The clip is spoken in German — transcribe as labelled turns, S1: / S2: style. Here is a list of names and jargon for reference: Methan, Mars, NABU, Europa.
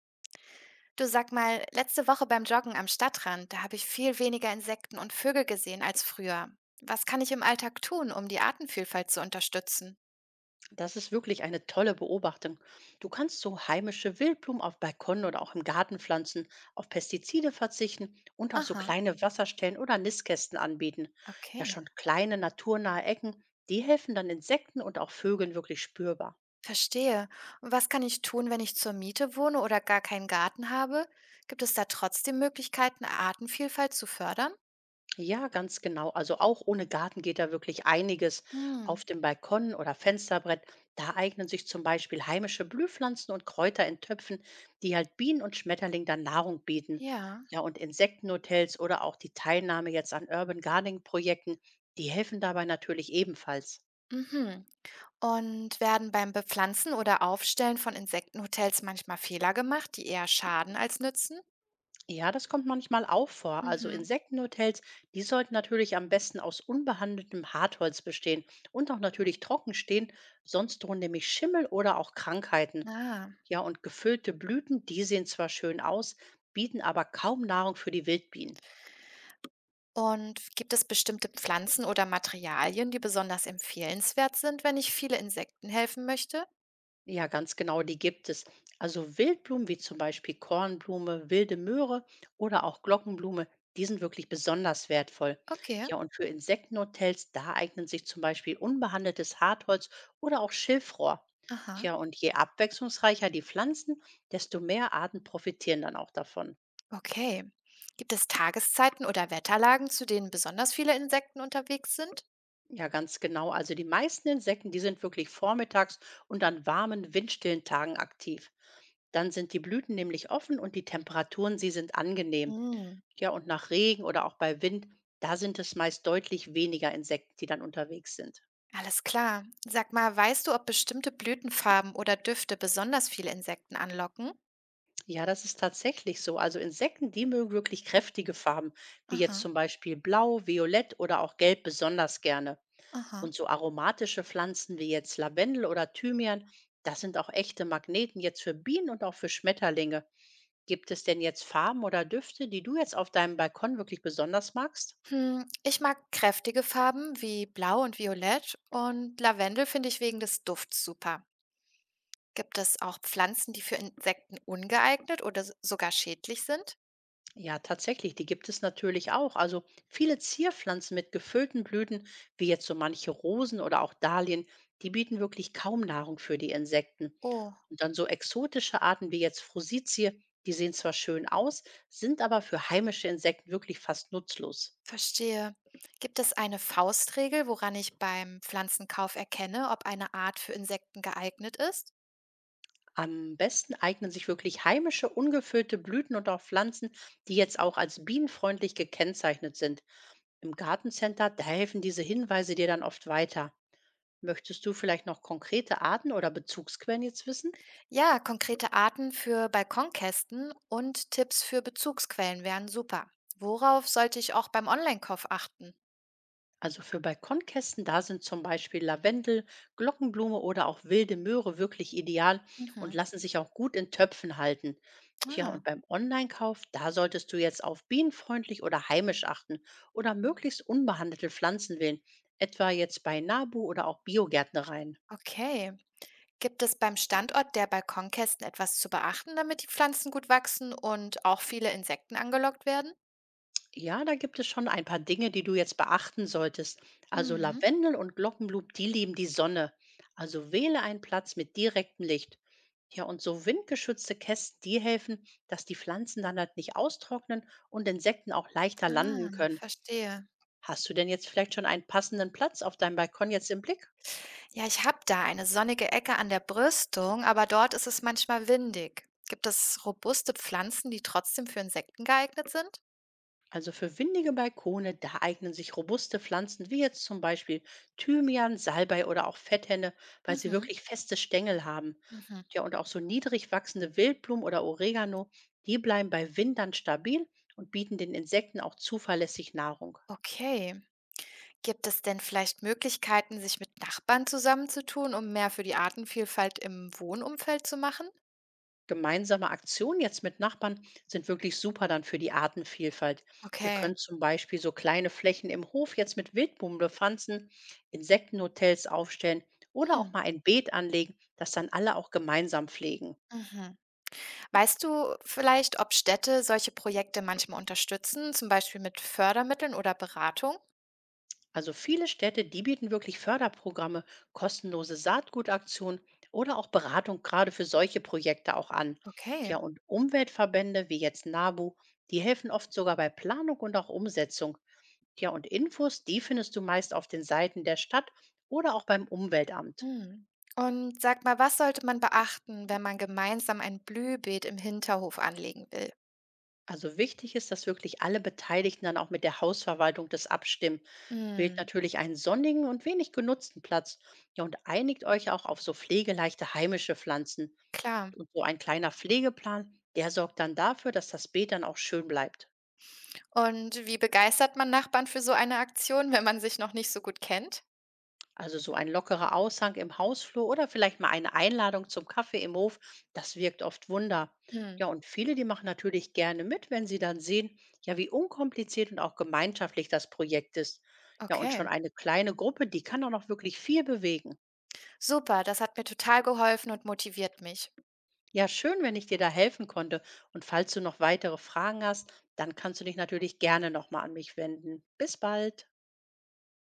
S1: Du sag mal, letzte Woche beim Joggen am Stadtrand, da habe ich viel weniger Insekten und Vögel gesehen als früher. Was kann ich im Alltag tun, um die Artenvielfalt zu unterstützen?
S2: Das ist wirklich eine tolle Beobachtung. Du kannst so heimische Wildblumen auf Balkonen oder auch im Garten pflanzen, auf Pestizide verzichten und auch so
S1: Aha,
S2: kleine Wasserstellen oder Nistkästen anbieten. Ja,
S1: okay,
S2: schon kleine naturnahe Ecken, die helfen dann Insekten und auch Vögeln wirklich spürbar.
S1: verstehe. Und was kann ich tun, wenn ich zur Miete wohne oder gar keinen Garten habe? Gibt es da trotzdem Möglichkeiten, Artenvielfalt zu fördern?
S2: Ja, ganz genau. Also auch ohne Garten geht da wirklich einiges.
S1: Hm,
S2: Auf dem Balkon oder Fensterbrett, da eignen sich zum Beispiel heimische Blühpflanzen und Kräuter in Töpfen, die halt Bienen und Schmetterlingen dann Nahrung bieten.
S1: ja.
S2: Ja, und Insektenhotels oder auch die Teilnahme jetzt an Urban Gardening-Projekten, die helfen dabei natürlich ebenfalls.
S1: Mhm. Und werden beim Bepflanzen oder Aufstellen von Insektenhotels manchmal Fehler gemacht, die eher schaden als nützen?
S2: Ja, das kommt manchmal auch vor. Also
S1: Mhm.
S2: Insektenhotels, die sollten natürlich am besten aus unbehandeltem Hartholz bestehen und auch natürlich trocken stehen, sonst drohen nämlich Schimmel oder auch Krankheiten.
S1: Ah.
S2: Ja, und gefüllte Blüten, die sehen zwar schön aus, bieten aber kaum Nahrung für die Wildbienen.
S1: Und gibt es bestimmte Pflanzen oder Materialien, die besonders empfehlenswert sind, wenn ich viele Insekten helfen möchte?
S2: Ja, ganz genau, die gibt es. Also Wildblumen wie zum Beispiel Kornblume, wilde Möhre oder auch Glockenblume, die sind wirklich besonders wertvoll.
S1: Okay,
S2: Ja, und für Insektenhotels, da eignen sich zum Beispiel unbehandeltes Hartholz oder auch Schilfrohr.
S1: aha,
S2: Tja, und je abwechslungsreicher die Pflanzen, desto mehr Arten profitieren dann auch davon.
S1: okay. Gibt es Tageszeiten oder Wetterlagen, zu denen besonders viele Insekten unterwegs sind?
S2: Ja, ganz genau. Also die meisten Insekten, die sind wirklich vormittags und an warmen, windstillen Tagen aktiv. Dann sind die Blüten nämlich offen und die Temperaturen, sie sind angenehm.
S1: Hm,
S2: Ja, und nach Regen oder auch bei Wind, da sind es meist deutlich weniger Insekten, die dann unterwegs sind.
S1: alles klar. Sag mal, weißt du, ob bestimmte Blütenfarben oder Düfte besonders viele Insekten anlocken?
S2: Ja, das ist tatsächlich so. Also Insekten, die mögen wirklich kräftige Farben, wie
S1: Aha,
S2: jetzt zum Beispiel Blau, Violett oder auch Gelb besonders gerne.
S1: aha.
S2: Und so aromatische Pflanzen wie jetzt Lavendel oder Thymian, das sind auch echte Magneten jetzt für Bienen und auch für Schmetterlinge. Gibt es denn jetzt Farben oder Düfte, die du jetzt auf deinem Balkon wirklich besonders magst?
S1: Hm, ich mag kräftige Farben wie Blau und Violett und Lavendel finde ich wegen des Dufts super. Gibt es auch Pflanzen, die für Insekten ungeeignet oder s sogar schädlich sind?
S2: Ja, tatsächlich, die gibt es natürlich auch. Also viele Zierpflanzen mit gefüllten Blüten, wie jetzt so manche Rosen oder auch Dahlien, die bieten wirklich kaum Nahrung für die Insekten.
S1: Oh,
S2: Und dann so exotische Arten wie jetzt Frositie, die sehen zwar schön aus, sind aber für heimische Insekten wirklich fast nutzlos.
S1: verstehe. Gibt es eine Faustregel, woran ich beim Pflanzenkauf erkenne, ob eine Art für Insekten geeignet ist?
S2: Am besten eignen sich wirklich heimische, ungefüllte Blüten und auch Pflanzen, die jetzt auch als bienenfreundlich gekennzeichnet sind. Im Gartencenter, da helfen diese Hinweise dir dann oft weiter. Möchtest du vielleicht noch konkrete Arten oder Bezugsquellen jetzt wissen?
S1: Ja, konkrete Arten für Balkonkästen und Tipps für Bezugsquellen wären super. Worauf sollte ich auch beim Online-Kauf achten?
S2: Also für Balkonkästen, da sind zum Beispiel Lavendel, Glockenblume oder auch wilde Möhre wirklich ideal
S1: Mhm.
S2: und lassen sich auch gut in Töpfen halten. Tja,
S1: Ah,
S2: und beim Online-Kauf, da solltest du jetzt auf bienenfreundlich oder heimisch achten oder möglichst unbehandelte Pflanzen wählen, etwa jetzt bei Nabu oder auch Biogärtnereien.
S1: okay. Gibt es beim Standort der Balkonkästen etwas zu beachten, damit die Pflanzen gut wachsen und auch viele Insekten angelockt werden?
S2: Ja, da gibt es schon ein paar Dinge, die du jetzt beachten solltest. Also
S1: Mhm.
S2: Lavendel und Glockenblume, die lieben die Sonne. Also wähle einen Platz mit direktem Licht. Ja, und so windgeschützte Kästen, die helfen, dass die Pflanzen dann halt nicht austrocknen und Insekten auch leichter
S1: Ah,
S2: landen können.
S1: verstehe.
S2: Hast du denn jetzt vielleicht schon einen passenden Platz auf deinem Balkon jetzt im Blick?
S1: Ja, ich habe da eine sonnige Ecke an der Brüstung, aber dort ist es manchmal windig. Gibt es robuste Pflanzen, die trotzdem für Insekten geeignet sind?
S2: Also für windige Balkone, da eignen sich robuste Pflanzen wie jetzt zum Beispiel Thymian, Salbei oder auch Fetthenne, weil sie
S1: Mhm.
S2: wirklich feste Stängel haben.
S1: Mhm.
S2: Ja, und auch so niedrig wachsende Wildblumen oder Oregano, die bleiben bei Wind dann stabil und bieten den Insekten auch zuverlässig Nahrung.
S1: Okay. Gibt es denn vielleicht Möglichkeiten, sich mit Nachbarn zusammenzutun, um mehr für die Artenvielfalt im Wohnumfeld zu machen?
S2: Gemeinsame Aktionen jetzt mit Nachbarn sind wirklich super dann für die Artenvielfalt. Ihr
S1: Okay.
S2: könnt zum Beispiel so kleine Flächen im Hof jetzt mit Wildblumen bepflanzen, Insektenhotels aufstellen oder
S1: Hm.
S2: auch mal ein Beet anlegen, das dann alle auch gemeinsam pflegen.
S1: Mhm. Weißt du vielleicht, ob Städte solche Projekte manchmal unterstützen, zum Beispiel mit Fördermitteln oder Beratung?
S2: Also viele Städte, die bieten wirklich Förderprogramme, kostenlose Saatgutaktionen oder auch Beratung gerade für solche Projekte auch an.
S1: Okay.
S2: Tja, und Umweltverbände wie jetzt NABU, die helfen oft sogar bei Planung und auch Umsetzung. Ja, und Infos, die findest du meist auf den Seiten der Stadt oder auch beim Umweltamt.
S1: Mhm. Und sag mal, was sollte man beachten, wenn man gemeinsam ein Blühbeet im Hinterhof anlegen will?
S2: Also wichtig ist, dass wirklich alle Beteiligten dann auch mit der Hausverwaltung das abstimmen. Wählt
S1: Mhm,
S2: natürlich einen sonnigen und wenig genutzten Platz. Ja, und einigt euch auch auf so pflegeleichte heimische Pflanzen.
S1: klar.
S2: Und so ein kleiner Pflegeplan, der sorgt dann dafür, dass das Beet dann auch schön bleibt.
S1: Und wie begeistert man Nachbarn für so eine Aktion, wenn man sich noch nicht so gut kennt?
S2: Also so ein lockerer Aushang im Hausflur oder vielleicht mal eine Einladung zum Kaffee im Hof, das wirkt oft Wunder.
S1: Hm,
S2: Ja, und viele, die machen natürlich gerne mit, wenn sie dann sehen, ja, wie unkompliziert und auch gemeinschaftlich das Projekt ist. Ja, und schon
S1: okay.
S2: eine kleine Gruppe, die kann auch noch wirklich viel bewegen.
S1: Super, das hat mir total geholfen und motiviert mich.
S2: Ja, schön, wenn ich dir da helfen konnte. Und falls du noch weitere Fragen hast, dann kannst du dich natürlich gerne nochmal an mich wenden. Bis bald.